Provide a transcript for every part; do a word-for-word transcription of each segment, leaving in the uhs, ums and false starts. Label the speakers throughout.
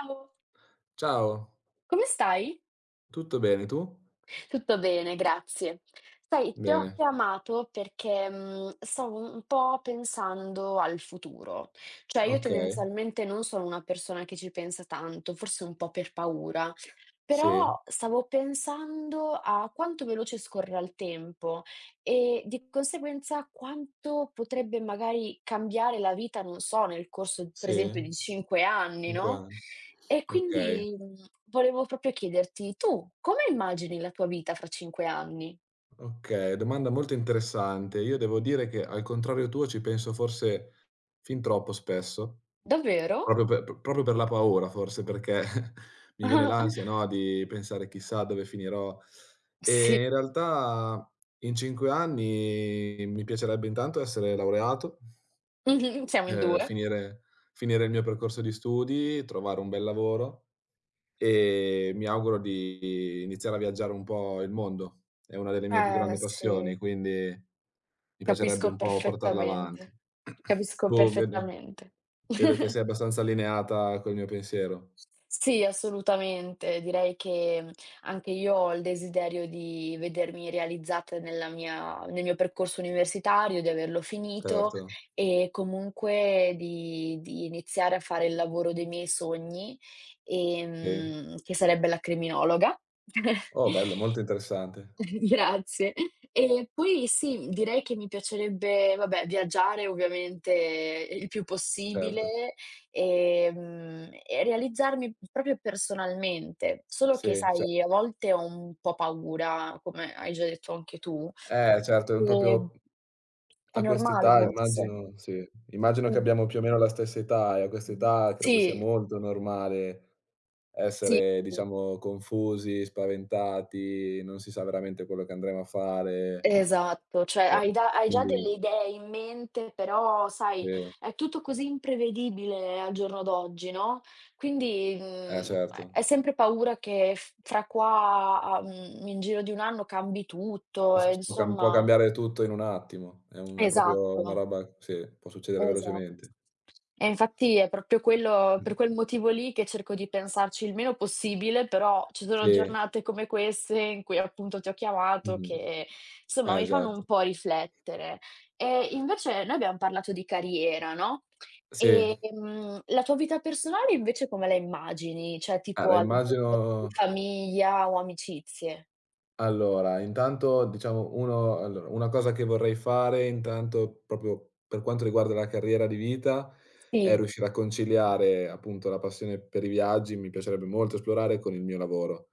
Speaker 1: Ciao,
Speaker 2: Ciao,
Speaker 1: come stai?
Speaker 2: tutto bene, tu?
Speaker 1: Tutto bene, grazie. Sai, ti ho
Speaker 2: Bene,
Speaker 1: chiamato perché mm, stavo un po' pensando al futuro. Cioè, io
Speaker 2: okay,
Speaker 1: tendenzialmente non sono una persona che ci pensa tanto, forse un po' per paura.
Speaker 2: sì,
Speaker 1: Però stavo pensando a quanto veloce scorra il tempo e di conseguenza quanto potrebbe magari cambiare la vita, non so, nel corso per
Speaker 2: sì,
Speaker 1: esempio di cinque anni,
Speaker 2: cinque
Speaker 1: no,
Speaker 2: anni.
Speaker 1: e
Speaker 2: Okay,
Speaker 1: quindi, mhmm, volevo proprio chiederti: tu come immagini la tua vita fra cinque anni?
Speaker 2: okay, domanda molto interessante. Io devo dire che, al contrario tuo, ci penso forse fin troppo spesso,
Speaker 1: Davvero?
Speaker 2: proprio pe p proprio per la paura forse, perché mi viene l'ansia, no, di pensare: "Chissà dove finirò".
Speaker 1: Sì,
Speaker 2: E in realtà in cinque anni mi piacerebbe intanto essere laureato.
Speaker 1: mh-mh, siamo in
Speaker 2: Ehm,
Speaker 1: due.
Speaker 2: finire finire il mio percorso di studi, trovare un bel lavoro e mi auguro di iniziare a viaggiare un po' il mondo. È una delle mie più
Speaker 1: Eh
Speaker 2: grandi passioni,
Speaker 1: sì,
Speaker 2: quindi mi piacerebbe
Speaker 1: capisco
Speaker 2: un po' portarla avanti.
Speaker 1: perfettamente. Capisco
Speaker 2: Tu vedo
Speaker 1: perfettamente.
Speaker 2: vedo che sei abbastanza allineata col mio pensiero.
Speaker 1: Sì, assolutamente. Direi che, mhmm, anche io ho il desiderio di vedermi realizzata nella mia nel mio percorso universitario, di averlo finito
Speaker 2: Certo,
Speaker 1: e comunque di di iniziare a fare il lavoro dei miei sogni,
Speaker 2: sì.
Speaker 1: ehm, che sarebbe la criminologa.
Speaker 2: Oh bello, molto interessante.
Speaker 1: Grazie. E poi sì, direi che mi piacerebbe, vabbè, viaggiare ovviamente il più
Speaker 2: Certo.
Speaker 1: possibile, ehm, e realizzarmi proprio personalmente, solo che
Speaker 2: Sì, cer
Speaker 1: sai, a volte ho un po' paura, come hai già detto anche tu,
Speaker 2: eh certo, è un
Speaker 1: e
Speaker 2: proprio.
Speaker 1: è
Speaker 2: A
Speaker 1: normale
Speaker 2: quest'età
Speaker 1: forse.
Speaker 2: immagino sì, immagino che
Speaker 1: Mh,
Speaker 2: abbiamo più o meno la stessa età e a
Speaker 1: mh.
Speaker 2: quest'età credo sia
Speaker 1: Sì,
Speaker 2: molto normale
Speaker 1: sì.
Speaker 2: essere, diciamo, confusi, spaventati, non si sa veramente quello che andremo a fare,
Speaker 1: Esatto, cioè hai da hai già
Speaker 2: quindi
Speaker 1: delle idee in mente, però
Speaker 2: sì,
Speaker 1: sai, è tutto così imprevedibile al giorno d'oggi, no, quindi,
Speaker 2: eh
Speaker 1: mhmm,
Speaker 2: certo.
Speaker 1: hai sempre paura che f fra qua a mhmm, in giro di un anno cambi tutto
Speaker 2: Può s
Speaker 1: e
Speaker 2: può cam può
Speaker 1: insomma
Speaker 2: cambiare tutto in un attimo, è un è proprio una
Speaker 1: esatto,
Speaker 2: roba, sì, può succedere
Speaker 1: esa
Speaker 2: velocemente.
Speaker 1: e infatti è proprio quello per quel motivo lì che cerco di pensarci il meno possibile, però ci sono
Speaker 2: Sì,
Speaker 1: giornate come queste in cui appunto ti ho chiamato
Speaker 2: mh-mh,
Speaker 1: che, insomma,
Speaker 2: eh
Speaker 1: mi fanno un
Speaker 2: esatto.
Speaker 1: po' riflettere. E invece noi abbiam parlato di carriera, no,
Speaker 2: Sì, eh
Speaker 1: ehm, la tua vita personale invece come la immagini? Cioè tipo
Speaker 2: la
Speaker 1: a livello di
Speaker 2: immagino.
Speaker 1: famiglia o amicizie?
Speaker 2: Allora, intanto diciamo uno, allora, una cosa che vorrei fare intanto, proprio per quanto riguarda la carriera di vita, è
Speaker 1: Sì.
Speaker 2: riuscire a conciliare appunto la passione per i viaggi, mi piacerebbe molto esplorare, con il mio lavoro,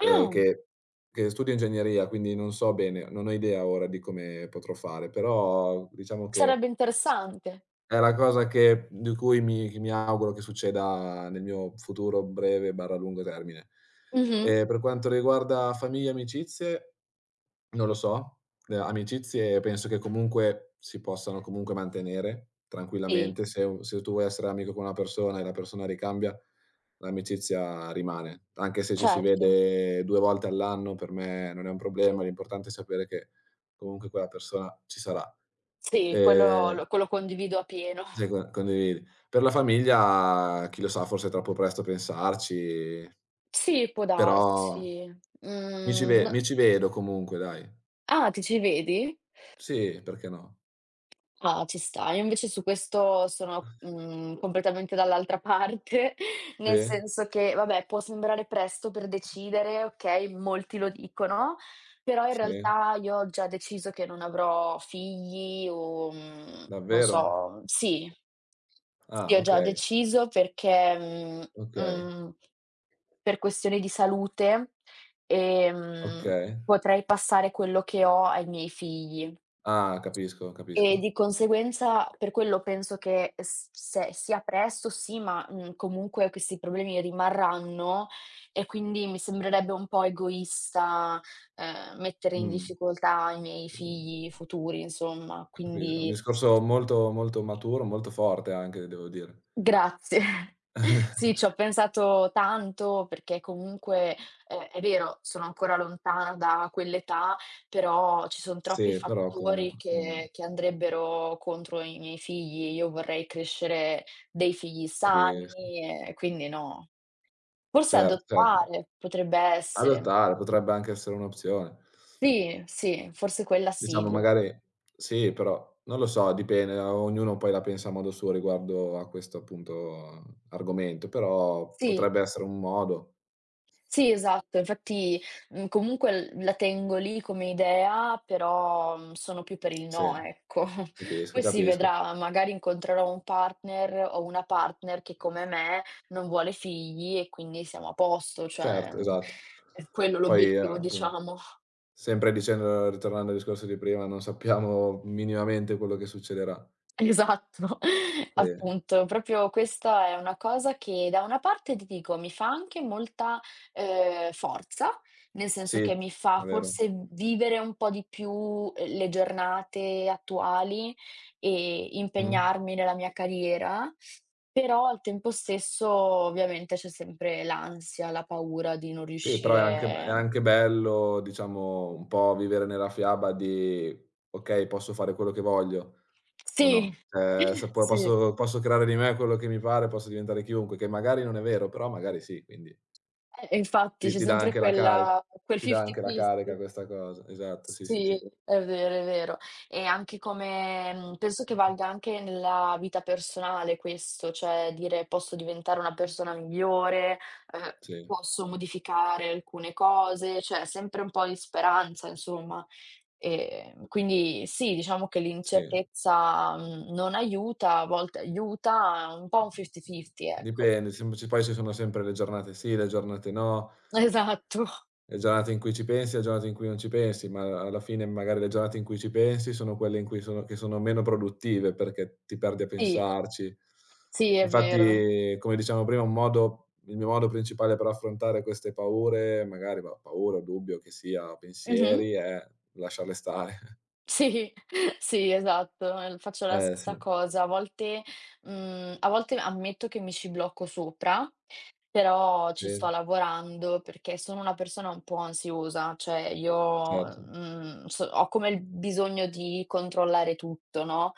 Speaker 2: ehm,
Speaker 1: Ah,
Speaker 2: che che studio ingegneria, quindi non so bene, non ho idea ora di come potrò fare, però diciamo che
Speaker 1: sarebbe interessante.
Speaker 2: è la cosa che di cui mi che mi auguro che succeda nel mio futuro breve/lungo termine.
Speaker 1: Mh-mh.
Speaker 2: Ehm, per quanto riguarda famiglia e amicizie non lo so. Ehm, amicizie penso che comunque si possano comunque mantenere
Speaker 1: Sì,
Speaker 2: tranquillamente. Se u se tu vuoi essere amico con una persona e la persona ricambia, l'amicizia rimane. Anche se ci si
Speaker 1: certo.
Speaker 2: vede due volte all'anno per me non è un problema, l'importante è sapere che comunque quella persona ci sarà.
Speaker 1: Sì, quello
Speaker 2: Ehm,
Speaker 1: lo quello condivido appieno.
Speaker 2: Se co condividi. Per la famiglia chi lo sa, forse è troppo presto a pensarci,
Speaker 1: Sì, può
Speaker 2: però
Speaker 1: darsi.
Speaker 2: mi ci
Speaker 1: Mhmm,
Speaker 2: ve
Speaker 1: n
Speaker 2: mi ci vedo comunque, dai.
Speaker 1: Ah, ti ci vedi?
Speaker 2: Sì, perché no?
Speaker 1: Ah, ci sta. Io invece su questo sono, mhmm, completamente dall'altra parte, nel
Speaker 2: Sì,
Speaker 1: senso che, vabbè, può sembrare presto per decidere, okay, molti lo dicono, però in
Speaker 2: sì,
Speaker 1: realtà io ho già deciso che non avrò figli o, mhmm, non
Speaker 2: davvero?
Speaker 1: so sì. Sì,
Speaker 2: Ah,
Speaker 1: ho già
Speaker 2: okay,
Speaker 1: deciso perché, mhmm,
Speaker 2: okay,
Speaker 1: mhmm, per questioni di salute, ehm,
Speaker 2: okay.
Speaker 1: potrei passare quello che ho ai miei figli.
Speaker 2: Ah, capisco,
Speaker 1: E
Speaker 2: capisco.
Speaker 1: di conseguenza per quello penso che s se sia presto sì, ma, mhmm, comunque questi problemi rimarranno e quindi mi sembrerebbe un po' egoista, ehm, mettere in
Speaker 2: Mh.
Speaker 1: difficoltà i miei figli futuri, insomma.
Speaker 2: Capi È un
Speaker 1: Quindi.
Speaker 2: discorso molto, molto maturo, molto forte anche, devo dire.
Speaker 1: Grazie. Sì, ci ho pensato tanto perché comunque, ehm, è vero, sono ancora lontana da quell'età, però ci son troppi
Speaker 2: Sì, però
Speaker 1: fattori
Speaker 2: comunque mh,
Speaker 1: che che andrebbero contro i miei figli. Io vorrei crescere dei figli
Speaker 2: capisco.
Speaker 1: sani e quindi no. Forse
Speaker 2: Certo, certo.
Speaker 1: adottare potrebbe essere, ma
Speaker 2: Adottare potrebbe anche essere un'opzione.
Speaker 1: sì, sì, forse quella sì
Speaker 2: Diciamo,
Speaker 1: direi.
Speaker 2: magari sì, però non lo so, dipende, ognuno poi la pensa a modo suo riguardo a questo appunto argomento, però
Speaker 1: Sì.
Speaker 2: potrebbe essere un modo.
Speaker 1: Sì, esatto, infatti, mhmm, comunque l la tengo lì come idea, però, mhmm, sono più per il
Speaker 2: Sì.
Speaker 1: no, ecco.
Speaker 2: Capisco,
Speaker 1: Poi si
Speaker 2: capisco.
Speaker 1: vedrà, magari incontrerò un partner o una partner che come me non vuole figli e quindi siamo a posto, cioè,
Speaker 2: Certo,
Speaker 1: mhmm,
Speaker 2: esatto.
Speaker 1: è quello
Speaker 2: Poi, ehm,
Speaker 1: l'obiettivo,
Speaker 2: appunto,
Speaker 1: diciamo.
Speaker 2: sempre dicendo ritornando al discorso di prima, non sappiamo minimamente quello che succederà.
Speaker 1: Esatto,
Speaker 2: Sì,
Speaker 1: appunto. Proprio questa è una cosa che da una parte ti dico, mi fa anche molta, ehm, forza, nel senso
Speaker 2: sì,
Speaker 1: che
Speaker 2: è
Speaker 1: mi fa
Speaker 2: vero.
Speaker 1: forse vivere un po' di più, uhm, le giornate attuali e
Speaker 2: Mh.
Speaker 1: impegnarmi nella mia carriera, però al tempo stesso ovviamente c'è sempre l'ansia, la paura di non
Speaker 2: Sì, però è anche è
Speaker 1: riuscire
Speaker 2: anche bello, diciamo, un po' vivere nella fiaba di: "Okay, posso fare quello che voglio o
Speaker 1: sì,
Speaker 2: no?" Ehm, se po
Speaker 1: sì,
Speaker 2: posso posso creare di me quello che mi pare, posso diventare chiunque, che magari non è vero, però magari sì, quindi
Speaker 1: eh, infatti
Speaker 2: ti
Speaker 1: c'è
Speaker 2: ti dà
Speaker 1: sempre
Speaker 2: anche la cari
Speaker 1: quella quel
Speaker 2: ti dà
Speaker 1: fifty
Speaker 2: anche la carica,
Speaker 1: fifty.
Speaker 2: questa cosa. Esatto, sì, sì,
Speaker 1: Sì,
Speaker 2: sì.
Speaker 1: è vero, è vero. E anche come mhmm, penso che valga anche nella vita personale questo, cioè dire: "Posso diventare una persona migliore, uhm,
Speaker 2: Sì,
Speaker 1: posso modificare alcune cose", cioè sempre un po' di speranza insomma. Ehm, quindi sì, diciamo che
Speaker 2: sì.
Speaker 1: l'incertezza, mhmm, non aiuta, a volte aiuta, un po' un fifty fifty, ecco.
Speaker 2: Dipende, sem ci poi ci sono sempre le giornate sì, le giornate no,
Speaker 1: Esatto,
Speaker 2: le giornate in cui ci pensi, le giornate in cui non ci pensi, ma alla fine magari le giornate in cui ci pensi sono quelle in cui sono che sono meno produttive perché ti perdi a
Speaker 1: sì,
Speaker 2: pensarci.
Speaker 1: sì, è vero.
Speaker 2: Infatti, come dicevamo prima, un modo, il mio modo principale per affrontare queste paure, magari, bah, paura o dubbio che sia,
Speaker 1: Mh-mh.
Speaker 2: pensieri, è lasciarle stare.
Speaker 1: Sì, sì, esatto, ehm, faccio la
Speaker 2: Eh
Speaker 1: stessa
Speaker 2: sì,
Speaker 1: cosa. A volte mhmm, a volte ammetto che mi ci blocco sopra però ci sto
Speaker 2: sì,
Speaker 1: lavorando perché sono una persona un po' ansiosa, cioè io,
Speaker 2: certo.
Speaker 1: mhmm, so ho come il bisogno di controllare tutto, no,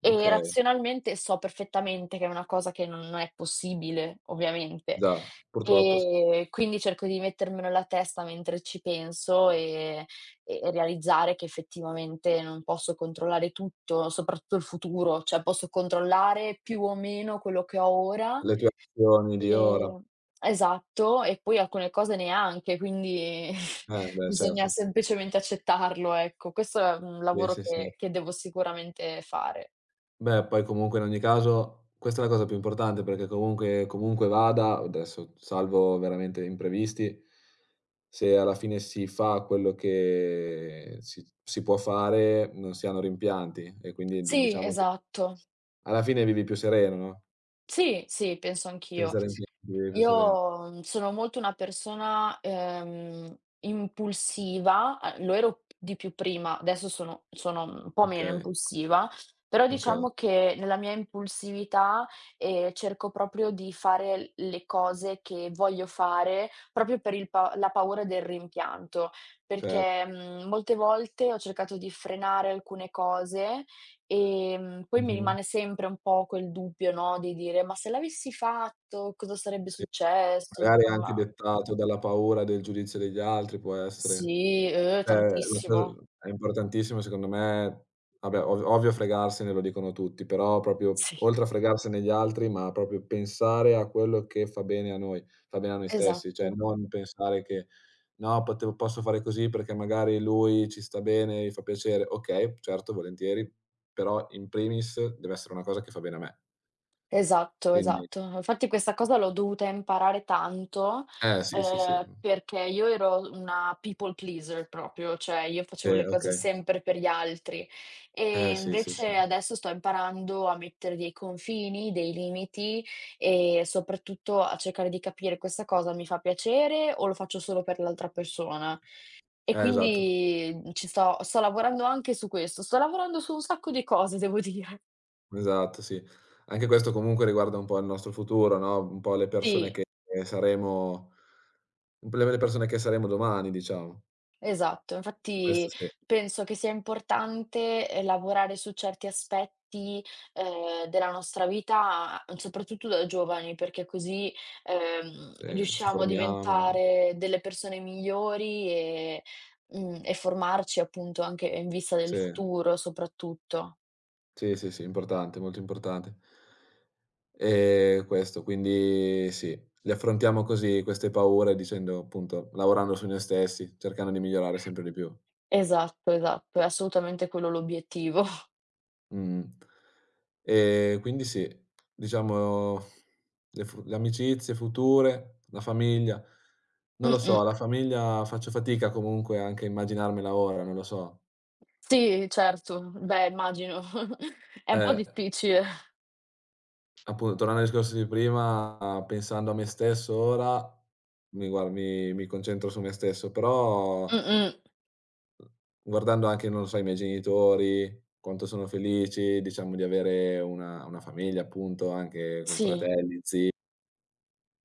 Speaker 1: e
Speaker 2: Okay,
Speaker 1: razionalmente so perfettamente che è una cosa che non non è possibile, ovviamente.
Speaker 2: già, purtroppo s
Speaker 1: E quindi cerco di mettermelo nella testa mentre ci penso e e realizzare che effettivamente non posso controllare tutto, soprattutto il futuro, cioè posso controllare più o meno quello che ho ora.
Speaker 2: Le tue azioni di ora.
Speaker 1: Ehm, esatto, e poi alcune cose neanche, quindi
Speaker 2: Eh, beh,
Speaker 1: bisogna
Speaker 2: certo, sì.
Speaker 1: semplicemente accettarlo, ecco. Questo è un
Speaker 2: Sì,
Speaker 1: lavoro
Speaker 2: sì, sì.
Speaker 1: che che devo sicuramente fare.
Speaker 2: Beh, poi comunque in ogni caso questa è la cosa più importante, perché comunque comunque vada, adesso salvo veramente imprevisti, se alla fine si fa quello che si si può fare, non si hanno rimpianti e quindi di
Speaker 1: Sì,
Speaker 2: diciamo che
Speaker 1: esatto.
Speaker 2: alla fine vivi più sereno, no,
Speaker 1: Sì, sì, penso anch'io.
Speaker 2: senza rimpianti vivi più sereno.
Speaker 1: Io, mhmm, sono molto una persona, ehm, impulsiva, a lo ero di più prima, adesso sono sono un po' meno
Speaker 2: Okay,
Speaker 1: impulsiva, però
Speaker 2: okay,
Speaker 1: diciamo che nella mia impulsività, ehm, cerco proprio di fare l le cose che voglio fare, proprio per il pa la paura del rimpianto,
Speaker 2: cer
Speaker 1: perché, mhmm, molte volte ho cercato di frenare alcune cose. Ehm, poi mi
Speaker 2: mh-mh.
Speaker 1: rimane sempre un po' quel dubbio, no, di dire: "Ma se l'avessi fatto cosa sarebbe
Speaker 2: Sì,
Speaker 1: successo?"
Speaker 2: magari anche
Speaker 1: Insomma
Speaker 2: dettato dalla paura del giudizio degli altri, può essere.
Speaker 1: sì, eh,
Speaker 2: Cioè, la cosa,
Speaker 1: tantissimo.
Speaker 2: è importantissimo secondo me, vabbè, ov ovvio, fregarsene, lo dicono tutti, però proprio
Speaker 1: Sì,
Speaker 2: oltre a fregarsene gli altri, ma proprio pensare a quello che fa bene a noi, fa bene a noi stessi, cioè
Speaker 1: esatto.
Speaker 2: non pensare che: "No, potevo, posso fare così perché magari lui ci sta bene, gli fa piacere". Okay, certo, volentieri, però in primis deve essere una cosa che fa bene a me.
Speaker 1: Esatto,
Speaker 2: Quindi
Speaker 1: esatto. Infatti questa cosa l'ho dovuta imparare tanto,
Speaker 2: eh sì, sì, sì.
Speaker 1: ehm, perché io ero una people pleaser proprio, cioè io
Speaker 2: Sì,
Speaker 1: facevo le cose
Speaker 2: okay.
Speaker 1: sempre per gli altri. E
Speaker 2: Eh sì, sì, sì.
Speaker 1: invece adesso sto imparando a mettere dei confini, dei limiti e soprattutto a cercare di capire questa cosa mi fa piacere o lo faccio solo per l'altra persona. E
Speaker 2: Eh esatto.
Speaker 1: quindi ci sto sto lavorando anche su questo, sto lavorando su un sacco di cose devo dire.
Speaker 2: Esatto, sì. Anche questo comunque riguarda un po' il nostro futuro, no, un po' le persone
Speaker 1: Sì.
Speaker 2: che saremo, un po' le le persone che saremo domani, diciamo.
Speaker 1: Esatto,
Speaker 2: Questo
Speaker 1: infatti
Speaker 2: sì,
Speaker 1: penso che sia importante, ehm, lavorare su certi aspetti, ehm, della nostra vita, mm, soprattutto da giovani, perché così, ehm,
Speaker 2: sì, ci
Speaker 1: riusciamo a
Speaker 2: formiamo.
Speaker 1: diventare delle persone migliori e mhmm, e formarci appunto anche in vista del
Speaker 2: Sì,
Speaker 1: futuro soprattutto.
Speaker 2: sì, sì, sì, importante, molto importante. Ehm, questo, quindi sì, le affrontiamo così queste paure dicendo appunto lavorando su noi stessi, cercando di migliorare sempre di più.
Speaker 1: Esatto, esatto, è assolutamente quello l'obiettivo.
Speaker 2: Mh. Ehm, quindi sì, diciamo, le fu le amicizie future, la famiglia, non lo
Speaker 1: Mh-mh.
Speaker 2: so, la famiglia faccio fatica comunque anche a immaginarmela ora, non lo so.
Speaker 1: Sì, certo. Beh, immagino. È un po'
Speaker 2: Eh,
Speaker 1: difficile.
Speaker 2: appunto, tornando al discorso di prima, pensando a me stesso ora, mi guar mi mi concentro su me stesso, però
Speaker 1: Mh-mh.
Speaker 2: guardando anche, non lo so, i miei genitori, quanto sono felici, diciamo, di avere una una famiglia appunto, anche con
Speaker 1: Sì.
Speaker 2: fratelli, zii,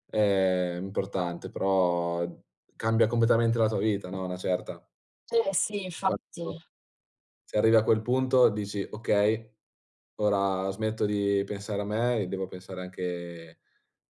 Speaker 2: è importante, però cambia completamente la tua vita, no, a una certa.
Speaker 1: Eh sì,
Speaker 2: Quando
Speaker 1: infatti.
Speaker 2: Se arrivi a quel punto dici: "Okay, ora smetto di pensare a me e devo pensare anche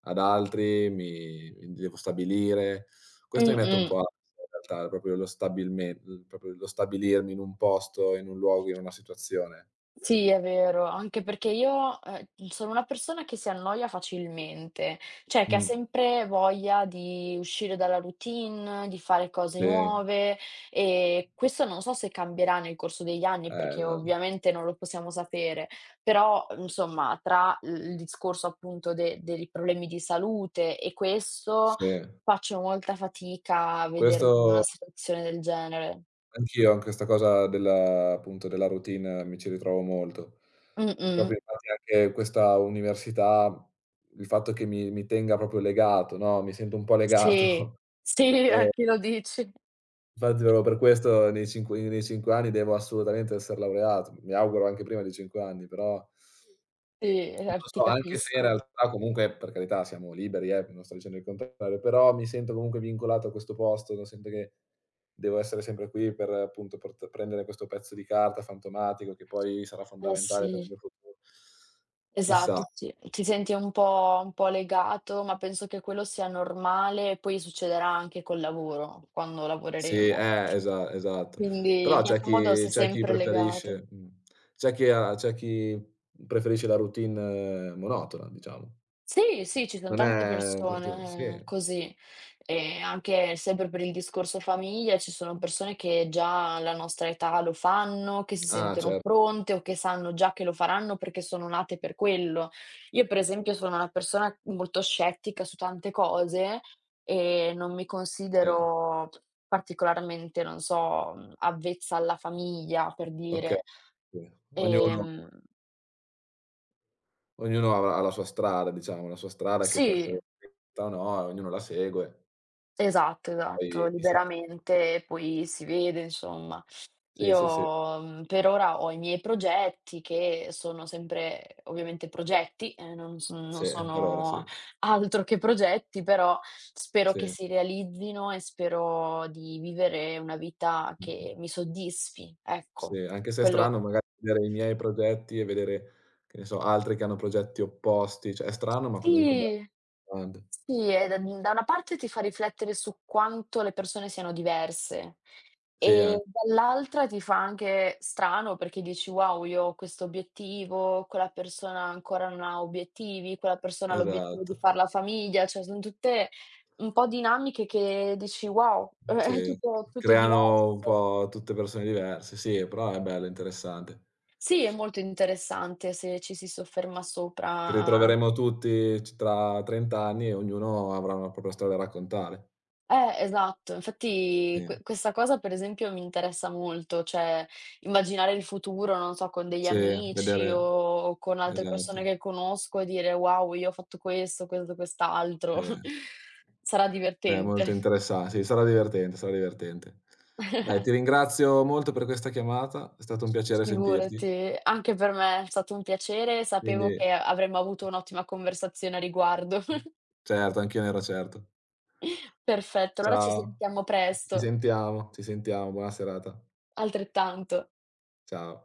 Speaker 2: ad altri, mi mi devo stabilire". Questo mi mette un
Speaker 1: Mh-mh.
Speaker 2: po' ansia in realtà, proprio lo stabilme l proprio lo stabilirmi in un posto, in un luogo, in una situazione.
Speaker 1: Sì, è vero, anche perché io, ehm, sono una persona che si annoia facilmente, cioè che ha
Speaker 2: Mh.
Speaker 1: sempre voglia di uscire dalla routine, di fare cose
Speaker 2: Sì,
Speaker 1: nuove e questo non so se cambierà nel corso degli anni,
Speaker 2: eh,
Speaker 1: perché
Speaker 2: esa
Speaker 1: ovviamente non lo possiamo sapere, però insomma tra l il discorso appunto de dei problemi di salute e questo,
Speaker 2: sì.
Speaker 1: faccio molta fatica a vedermi in una
Speaker 2: Questo
Speaker 1: situazione del genere.
Speaker 2: Anch'io, anche 'sta cosa della appunto, della routine mi ci ritrovo molto.
Speaker 1: Mh-mh.
Speaker 2: Proprio, infatti, anche questa università, il fatto che mi mi tenga proprio legato, no, mi sento un po'
Speaker 1: Sì,
Speaker 2: legato.
Speaker 1: sì, a chi lo dici.
Speaker 2: Infatti proprio per questo nei cinque nei cinque anni devo assolutamente esser laureato. Mi auguro anche prima dei cinque anni, però
Speaker 1: Sì,
Speaker 2: non
Speaker 1: eh, ti
Speaker 2: lo so, anche se in
Speaker 1: capisco.
Speaker 2: realtà comunque, per carità, siamo liberi, eh, non sto dicendo il contrario, però mi sento comunque vincolato a questo posto, no, sento che devo essere sempre qui per appunto port prendere questo pezzo di carta fantomatico che poi sarà
Speaker 1: Eh
Speaker 2: fondamentale per il
Speaker 1: sì,
Speaker 2: mio futuro.
Speaker 1: esatto,
Speaker 2: Chissà.
Speaker 1: sì. Ti senti un po' un po' legato, ma penso che quello sia normale e poi succederà anche col lavoro, quando
Speaker 2: Sì,
Speaker 1: lavoreremo.
Speaker 2: eh, esa esatto.
Speaker 1: Quindi in
Speaker 2: Però c'è
Speaker 1: qualche modo
Speaker 2: chi
Speaker 1: sei
Speaker 2: c'è chi
Speaker 1: sempre legato.
Speaker 2: preferisce mh, c'è chi ha c'è chi preferisce la routine, eh, monotona, diciamo.
Speaker 1: Sì, sì, ci son
Speaker 2: Non
Speaker 1: tante
Speaker 2: è per tu, sì.
Speaker 1: persone eh, così, e anche sempre per il discorso famiglia, ci sono persone che già alla nostra età lo fanno, che si
Speaker 2: Ah,
Speaker 1: sentono
Speaker 2: certo,
Speaker 1: pronte o che sanno già che lo faranno perché sono nate per quello. Io per esempio sono una persona molto scettica su tante cose e non mi
Speaker 2: sì.
Speaker 1: considero particolarmente, non so, mhmm, avvezza alla famiglia, per
Speaker 2: Okay,
Speaker 1: dire.
Speaker 2: sì. Ognuno
Speaker 1: Ehm
Speaker 2: ognuno avrà la sua strada, diciamo, la sua strada che può
Speaker 1: sì.
Speaker 2: essere scritta o no, e ognuno la segue,
Speaker 1: Esatto, esatto,
Speaker 2: poi chissà.
Speaker 1: liberamente poi si vede insomma.
Speaker 2: Sì, sì, sì,
Speaker 1: Io, mhmm, per ora ho i miei progetti che sono sempre eh, ovviamente progetti, ehm, non so non
Speaker 2: sì, per ora
Speaker 1: sono
Speaker 2: sì.
Speaker 1: altro che progetti, però spero che
Speaker 2: Sì,
Speaker 1: si realizzino e spero di vivere una vita
Speaker 2: mh-mh.
Speaker 1: che mi soddisfi,
Speaker 2: Sì,
Speaker 1: ecco.
Speaker 2: anche se è
Speaker 1: Quello.
Speaker 2: strano magari vedere i miei progetti e vedere, che ne so, altri che hanno progetti opposti, cioè è strano, ma comunque bello.
Speaker 1: Sì.
Speaker 2: Grande.
Speaker 1: Sì, e da mhmm, da una parte ti fa riflettere su quanto le persone siano diverse
Speaker 2: Sì, an
Speaker 1: e dall'altra ti fa anche strano perché dici: "Wow, io ho questo obiettivo, quella persona ancora non ha obiettivi, quella persona ha l'obiettivo di
Speaker 2: esatto.
Speaker 1: far la famiglia", cioè son tutte un po' dinamiche che dici: "Wow, è
Speaker 2: Sì,
Speaker 1: tutto tutto
Speaker 2: creano un
Speaker 1: diverso".
Speaker 2: po' tutte persone diverse, sì, però è bello, interessante.
Speaker 1: Sì, è molto interessante se ci si sofferma
Speaker 2: Ci
Speaker 1: sopra.
Speaker 2: ritroveremo tutti c tra trenta anni e ognuno avrà una propria storia da raccontare.
Speaker 1: Eh, esatto. Infatti
Speaker 2: Sì,
Speaker 1: que questa cosa per esempio mi interessa molto, cioè immaginare il futuro, non so, con degli
Speaker 2: sì,
Speaker 1: amici o
Speaker 2: vedere
Speaker 1: o con altre persone
Speaker 2: esatto,
Speaker 1: che conosco e dire: "Wow, io ho fatto questo, questo, quest'altro."
Speaker 2: sì.
Speaker 1: Sarà
Speaker 2: È molto
Speaker 1: divertente.
Speaker 2: interessa Sì, sarà divertente, sarà divertente. Dai, ti ringrazio molto per questa chiamata, è stato un piacere sentirti.
Speaker 1: Figurati, anche per me è stato un piacere, sapevo
Speaker 2: Quindi
Speaker 1: che avremmo avuto un'ottima conversazione a riguardo.
Speaker 2: certo, anch'io ne ero certo.
Speaker 1: Perfetto, allora ci
Speaker 2: Ciao.
Speaker 1: sentiamo
Speaker 2: Ci
Speaker 1: presto.
Speaker 2: sentiamo, ci sentiamo, buona serata.
Speaker 1: Altrettanto.
Speaker 2: Ciao.